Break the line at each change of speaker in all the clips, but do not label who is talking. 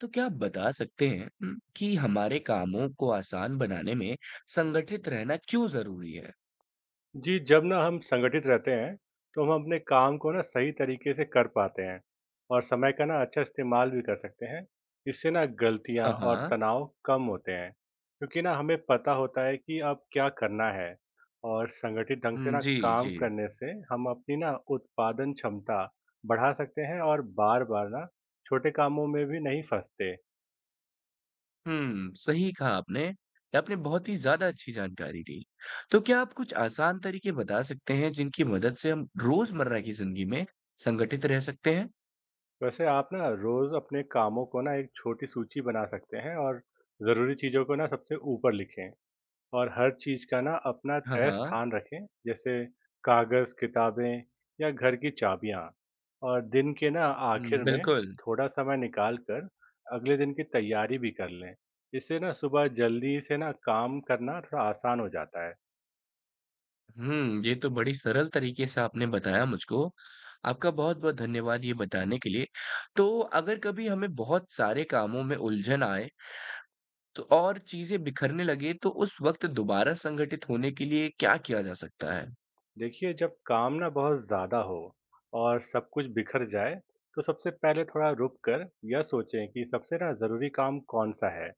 तो क्या आप बता सकते हैं कि हमारे कामों को आसान बनाने में संगठित रहना क्यों ज़रूरी है?
जी, जब ना हम संगठित रहते हैं, तो हम अपने काम को ना सही तरीके से कर पाते हैं और समय का ना अच्छा इस्तेमाल भी कर सकते हैं। इससे ना गलतियाँ
हाँ,
और
हाँ।
तनाव कम होते हैं, क्योंकि ना हमें पता होता है कि अब क्या करना है। और संगठित ढंग से
हुँ,
ना
जी,
काम
जी।
करने से हम अपनी ना उत्पादन क्षमता बढ़ा सकते हैं और बार-बार ना छोटे कामों में भी नहीं फंसते।
सही कहा आपने। आपने बहुत ही ज़्यादा अच्छी जानकारी दी। तो क्या आप कुछ आसान तरीके बता सकते हैं जिनकी मदद से हम रोज़मर्रा की ज़िंदगी में संगठित रह सकते हैं?
वैसे आप ना रोज़ अपने कामों को ना एक छोटी सूची बना सकते हैं और ज़रूरी चीज़ों को ना सबसे ऊपर लिखें। और हर चीज़ का ना अपना
हाँ,
तय
हाँ।
स्थान रखें, जैसे कागज़, किताबें या घर की चाबियाँ। और दिन के ना
हुँ,
आखिर में
बिल्कुल।
थोड़ा समय निकाल कर अगले दिन की तैयारी भी कर लें। इससे ना सुबह जल्दी से ना काम करना थोड़ा आसान हो जाता है।
ये तो बड़ी सरल तरीके से आपने बताया मुझको। आपका बहुत-बहुत धन्यवाद ये बताने के लिए। तो अगर कभी हमें बहुत सारे कामों में उलझन आए तो और चीज़ें बिखरने लगे तो उस वक़्त दोबारा संगठित होने के लिए क्या किया जा सकता है?
देखिए जब काम ना बहुत ज़्यादा हो और सब कुछ बिखर जाए, तो सबसे पहले थोड़ा रुक कर यह सोचें कि सबसे ना ज़रूरी काम कौन सा है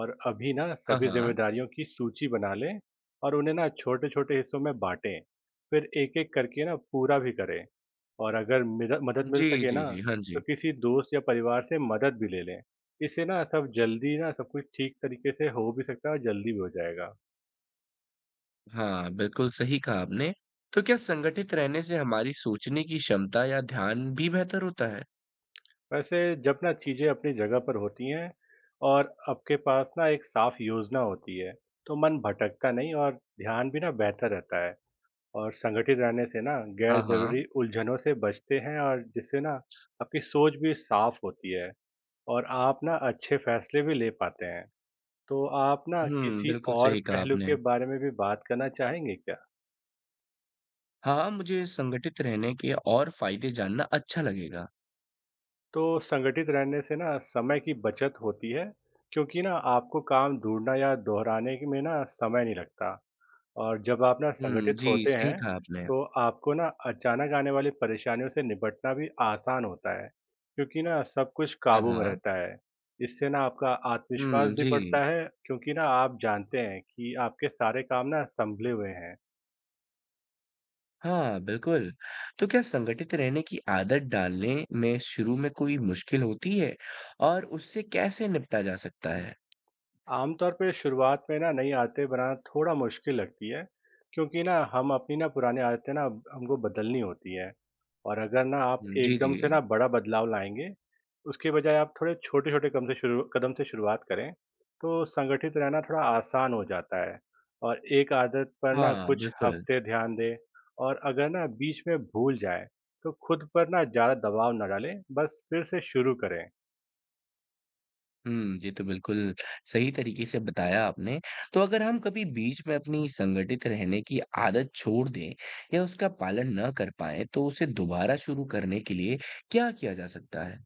और अभी ना
हाँ,
सभी
हाँ।
जिम्मेदारियों की सूची बना लें और उन्हें ना छोटे छोटे हिस्सों में बांटें। फिर एक एक करके ना पूरा भी करें। और अगर मदद मिल
जी,
सके
जी,
ना
जी। हाँ
तो
जी।
किसी दोस्त या परिवार से मदद भी ले लें। इससे ना सब जल्दी ना सब कुछ ठीक तरीके से हो भी सकता है और जल्दी भी हो जाएगा।
हाँ, बिल्कुल सही कहा आपने। तो क्या संगठित रहने से हमारी सोचने की क्षमता या ध्यान भी बेहतर होता है?
वैसे जब ना चीज़ें अपनी जगह पर होती हैं और आपके पास ना एक साफ योजना होती है, तो मन भटकता नहीं और ध्यान भी ना बेहतर रहता है। और संगठित रहने से ना
हाँ,
गैर
हाँ।
ज़रूरी उलझनों से बचते हैं और जिससे ना आपकी सोच भी साफ होती है और आप ना अच्छे फैसले भी ले पाते हैं। तो आप ना किसी
बिल्कुल
और
सही कहा
पहलू
आपने।
के बारे में भी बात करना चाहेंगे क्या?
हाँ, मुझे संगठित रहने के और फ़ायदे जानना अच्छा लगेगा।
तो संगठित रहने से ना समय की बचत होती है, क्योंकि ना आपको काम ढूँढना या दोहराने के में ना समय नहीं लगता। और जब आप ना
हुँ,
संगठित
जी,
होते
सही
हैं,
कहा आपने।
तो आपको ना अचानक आने वाली परेशानियों से निपटना भी आसान होता है, क्योंकि ना सब कुछ
हाँ,
काबू में
हाँ।
रहता है। इससे ना आपका आत्मविश्वास
हुँ,
भी
जी।
बढ़ता है, क्योंकि ना आप जानते हैं कि आपके सारे काम ना संभले हुए हैं।
हाँ, बिल्कुल। तो क्या संगठित रहने की आदत डालने में शुरू में कोई मुश्किल होती है और उससे कैसे निपटा जा सकता है?
आमतौर पे शुरुआत में ना नई आदतें बनाना थोड़ा मुश्किल लगती है, क्योंकि ना हम अपनी ना पुरानी आदतें ना हमको बदलनी होती है। और अगर ना आप
हुँ, जी,
एकदम से
जी।
ना बड़ा बदलाव लाएंगे, उसके बजाय आप थोड़े छोटे छोटे कदम से शुरू कदम से शुरुआत करें, तो संगठित रहना थोड़ा आसान हो जाता है। और एक आदत पर ना
हाँ,
कुछ
बिल्कुल।
हफ्ते ध्यान दें। और अगर ना बीच में भूल जाए, तो खुद पर ना ज़्यादा दबाव ना डालें, बस फिर से शुरू करें।
ये तो बिल्कुल सही तरीके से बताया आपने। तो अगर हम कभी बीच में अपनी संगठित रहने की आदत छोड़ दें या उसका पालन ना कर पाएँ, तो उसे दोबारा शुरू करने के लिए क्या किया जा सकता है?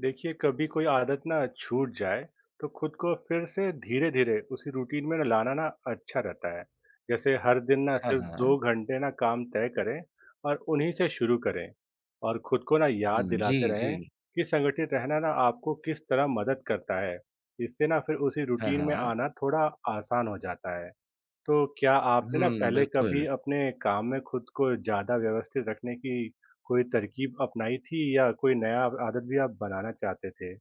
देखिए कभी कोई आदत ना छूट जाए, तो खुद को फिर से धीरे धीरे उसी रूटीन में ना लाना ना अच्छा रहता है। जैसे हर दिन ना
हाँ,
सिर्फ दो
हाँ।
घंटे ना काम तय करें और उन्हीं से शुरू करें। और खुद को ना याद
हुँ, जी,
दिलाते रहें
जी।
कि संगठित रहना ना आपको किस तरह मदद करता है। इससे ना फिर उसी
हाँ,
रूटीन में
हाँ।
आना थोड़ा आसान हो जाता है। तो क्या आपने ना
हुँ,
पहले कभी
बिल्कुल।
अपने काम में खुद को ज़्यादा व्यवस्थित रखने की कोई तरकीब अपनाई थी या कोई नया आदत भी आप बनाना चाहते थे?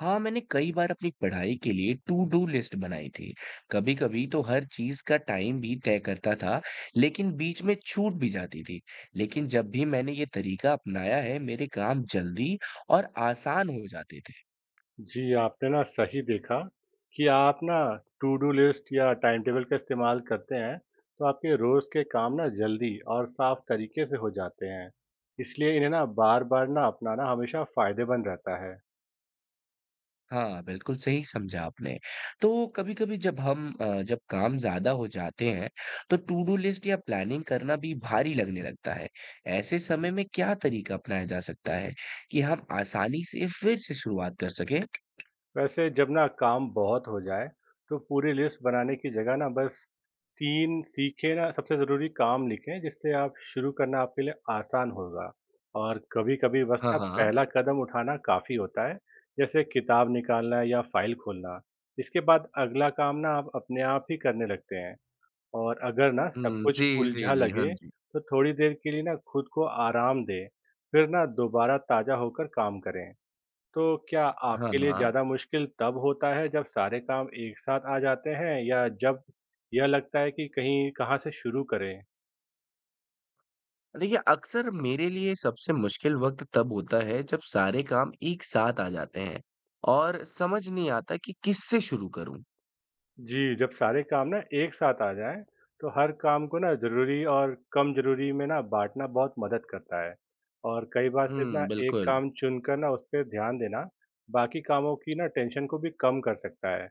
हाँ, मैंने कई बार अपनी पढ़ाई के लिए टू डू लिस्ट बनाई थी। कभी-कभी तो हर चीज़ का टाइम भी तय करता था, लेकिन बीच में छूट भी जाती थी। लेकिन जब भी मैंने ये तरीका अपनाया है, मेरे काम जल्दी और आसान हो जाते थे।
जी, आपने ना सही देखा कि आप ना टू डू लिस्ट या टाइम टेबल का इस्तेमाल करते हैं, तो आपके रोज़ के काम ना जल्दी और साफ तरीके से हो जाते हैं। इसलिए इन्हें ना बार-बार ना अपनाना हमेशा फ़ायदेमंद रहता है।
हाँ, बिल्कुल सही समझा आपने। तो कभी-कभी जब काम ज़्यादा हो जाते हैं, तो टू डू लिस्ट या प्लानिंग करना भी भारी लगने लगता है। ऐसे समय में क्या तरीका अपनाया जा सकता है कि हम आसानी से फिर से शुरुआत कर सकें?
वैसे जब ना काम बहुत हो जाए, तो पूरी लिस्ट बनाने की जगह ना बस तीन सीखे ना सबसे ज़रूरी काम लिखें जिससे आप शुरू करना आपके लिए आसान होगा। और कभी कभी बस
हाँ,
ना
हाँ।
पहला कदम उठाना काफ़ी होता है, जैसे किताब निकालना या फाइल खोलना। इसके बाद अगला काम ना आप अपने आप ही करने लगते हैं। और अगर ना सब
हुँ,
कुछ
जी, जी,
उलझा
जी। हाँ
लगे,
जी।
तो थोड़ी देर के लिए ना खुद को आराम दें, फिर ना दोबारा ताज़ा होकर काम करें। तो क्या
हाँ,
आपके लिए
हाँ।
ज़्यादा मुश्किल तब होता है जब सारे काम एक साथ आ जाते हैं या जब यह लगता है कि कहीं कहाँ से शुरू करें?
देखिए, अक्सर मेरे लिए सबसे मुश्किल वक़्त तब होता है जब सारे काम एक साथ आ जाते हैं और समझ नहीं आता कि किससे शुरू करूँ।
जी, जब सारे काम ना एक साथ आ जाएँ, तो हर काम को ना ज़रूरी और कम ज़रूरी में ना बाँटना बहुत मदद करता है। और कई बार सिर्फ़ ना
हुँ,
एक
बिल्कुल।
काम चुनकर ना उस पे ध्यान देना, बाकी कामों की ना टेंशन को भी कम कर सकता है।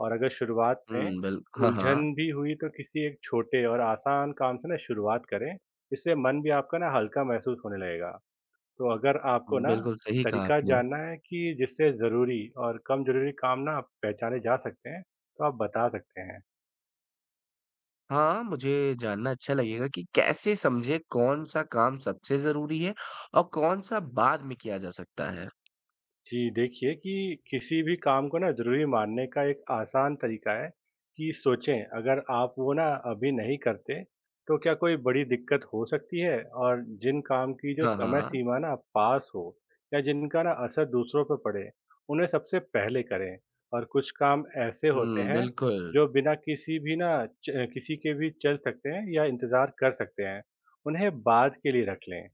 और अगर शुरुआत में
हुँ, बिल हाँ,
उलझन
हाँ।
भी हुई, तो किसी एक छोटे और आसान काम से ना शुरुआत करें, इससे मन भी आपका ना हल्का महसूस होने लगेगा। तो अगर आपको ना
बिल्कुल सही कहा
तरीका
आपने।
जानना है कि जिससे ज़रूरी और कम ज़रूरी काम ना आप पहचाने जा सकते हैं, तो आप बता सकते हैं।
हाँ, मुझे जानना अच्छा लगेगा कि कैसे समझें कौन-सा काम सबसे ज़रूरी है और कौन-सा बाद में किया जा सकता है?
जी, देखिए कि किसी भी काम को ना ज़रूरी मानने का एक आसान तरीका है कि सोचें अगर आप वो ना अभी नहीं करते, तो क्या कोई बड़ी दिक्कत हो सकती है। और जिन काम की जो
हाँ, हाँ।
समय
हाँ।
सीमा ना पास हो या जिनका ना असर दूसरों पर पड़े, उन्हें सबसे पहले करें। और कुछ काम ऐसे होते
हुँ,
हैं
बिल्कुल।
जो बिना किसी भी ना किसी के भी चल सकते हैं या इंतज़ार कर सकते हैं, उन्हें बाद के लिए रख लें।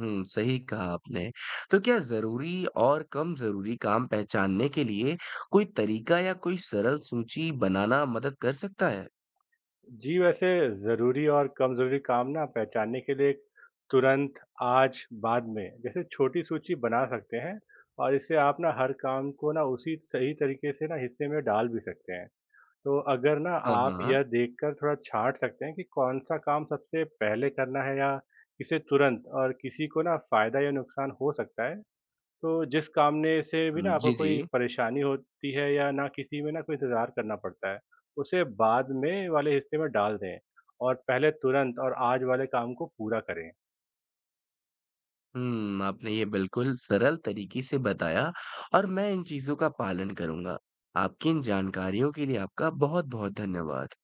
सही कहा आपने। तो क्या ज़रूरी और कम ज़रूरी काम पहचानने के लिए कोई तरीका या कोई सरल सूची बनाना मदद कर सकता है?
जी, वैसे ज़रूरी और कम ज़रूरी काम ना पहचानने के लिए एक तुरंत, आज, बाद में जैसे छोटी सूची बना सकते हैं और इससे आप ना हर काम को ना उसी सही तरीके से ना हिस्से में डाल भी सकते हैं। तो अगर ना
हाँ, हाँ।
आप
हाँ।
यह देखकर थोड़ा छाँट सकते हैं कि कौन-सा काम सबसे पहले करना है या किसे तुरंत और किसी को ना फ़ायदा या नुकसान हो सकता है, तो जिस काम ने से भी ना
हुँ,
आपको
जी, जी।
कोई परेशानी होती है या ना किसी में ना कोई इंतज़ार करना पड़ता है, उसे बाद में वाले हिस्से में डाल दें और पहले तुरंत और आज वाले काम को पूरा करें।
आपने ये बिल्कुल सरल तरीके से बताया और मैं इन चीज़ों का पालन करूँगा। आपकी इन जानकारियों के लिए आपका बहुत-बहुत धन्यवाद।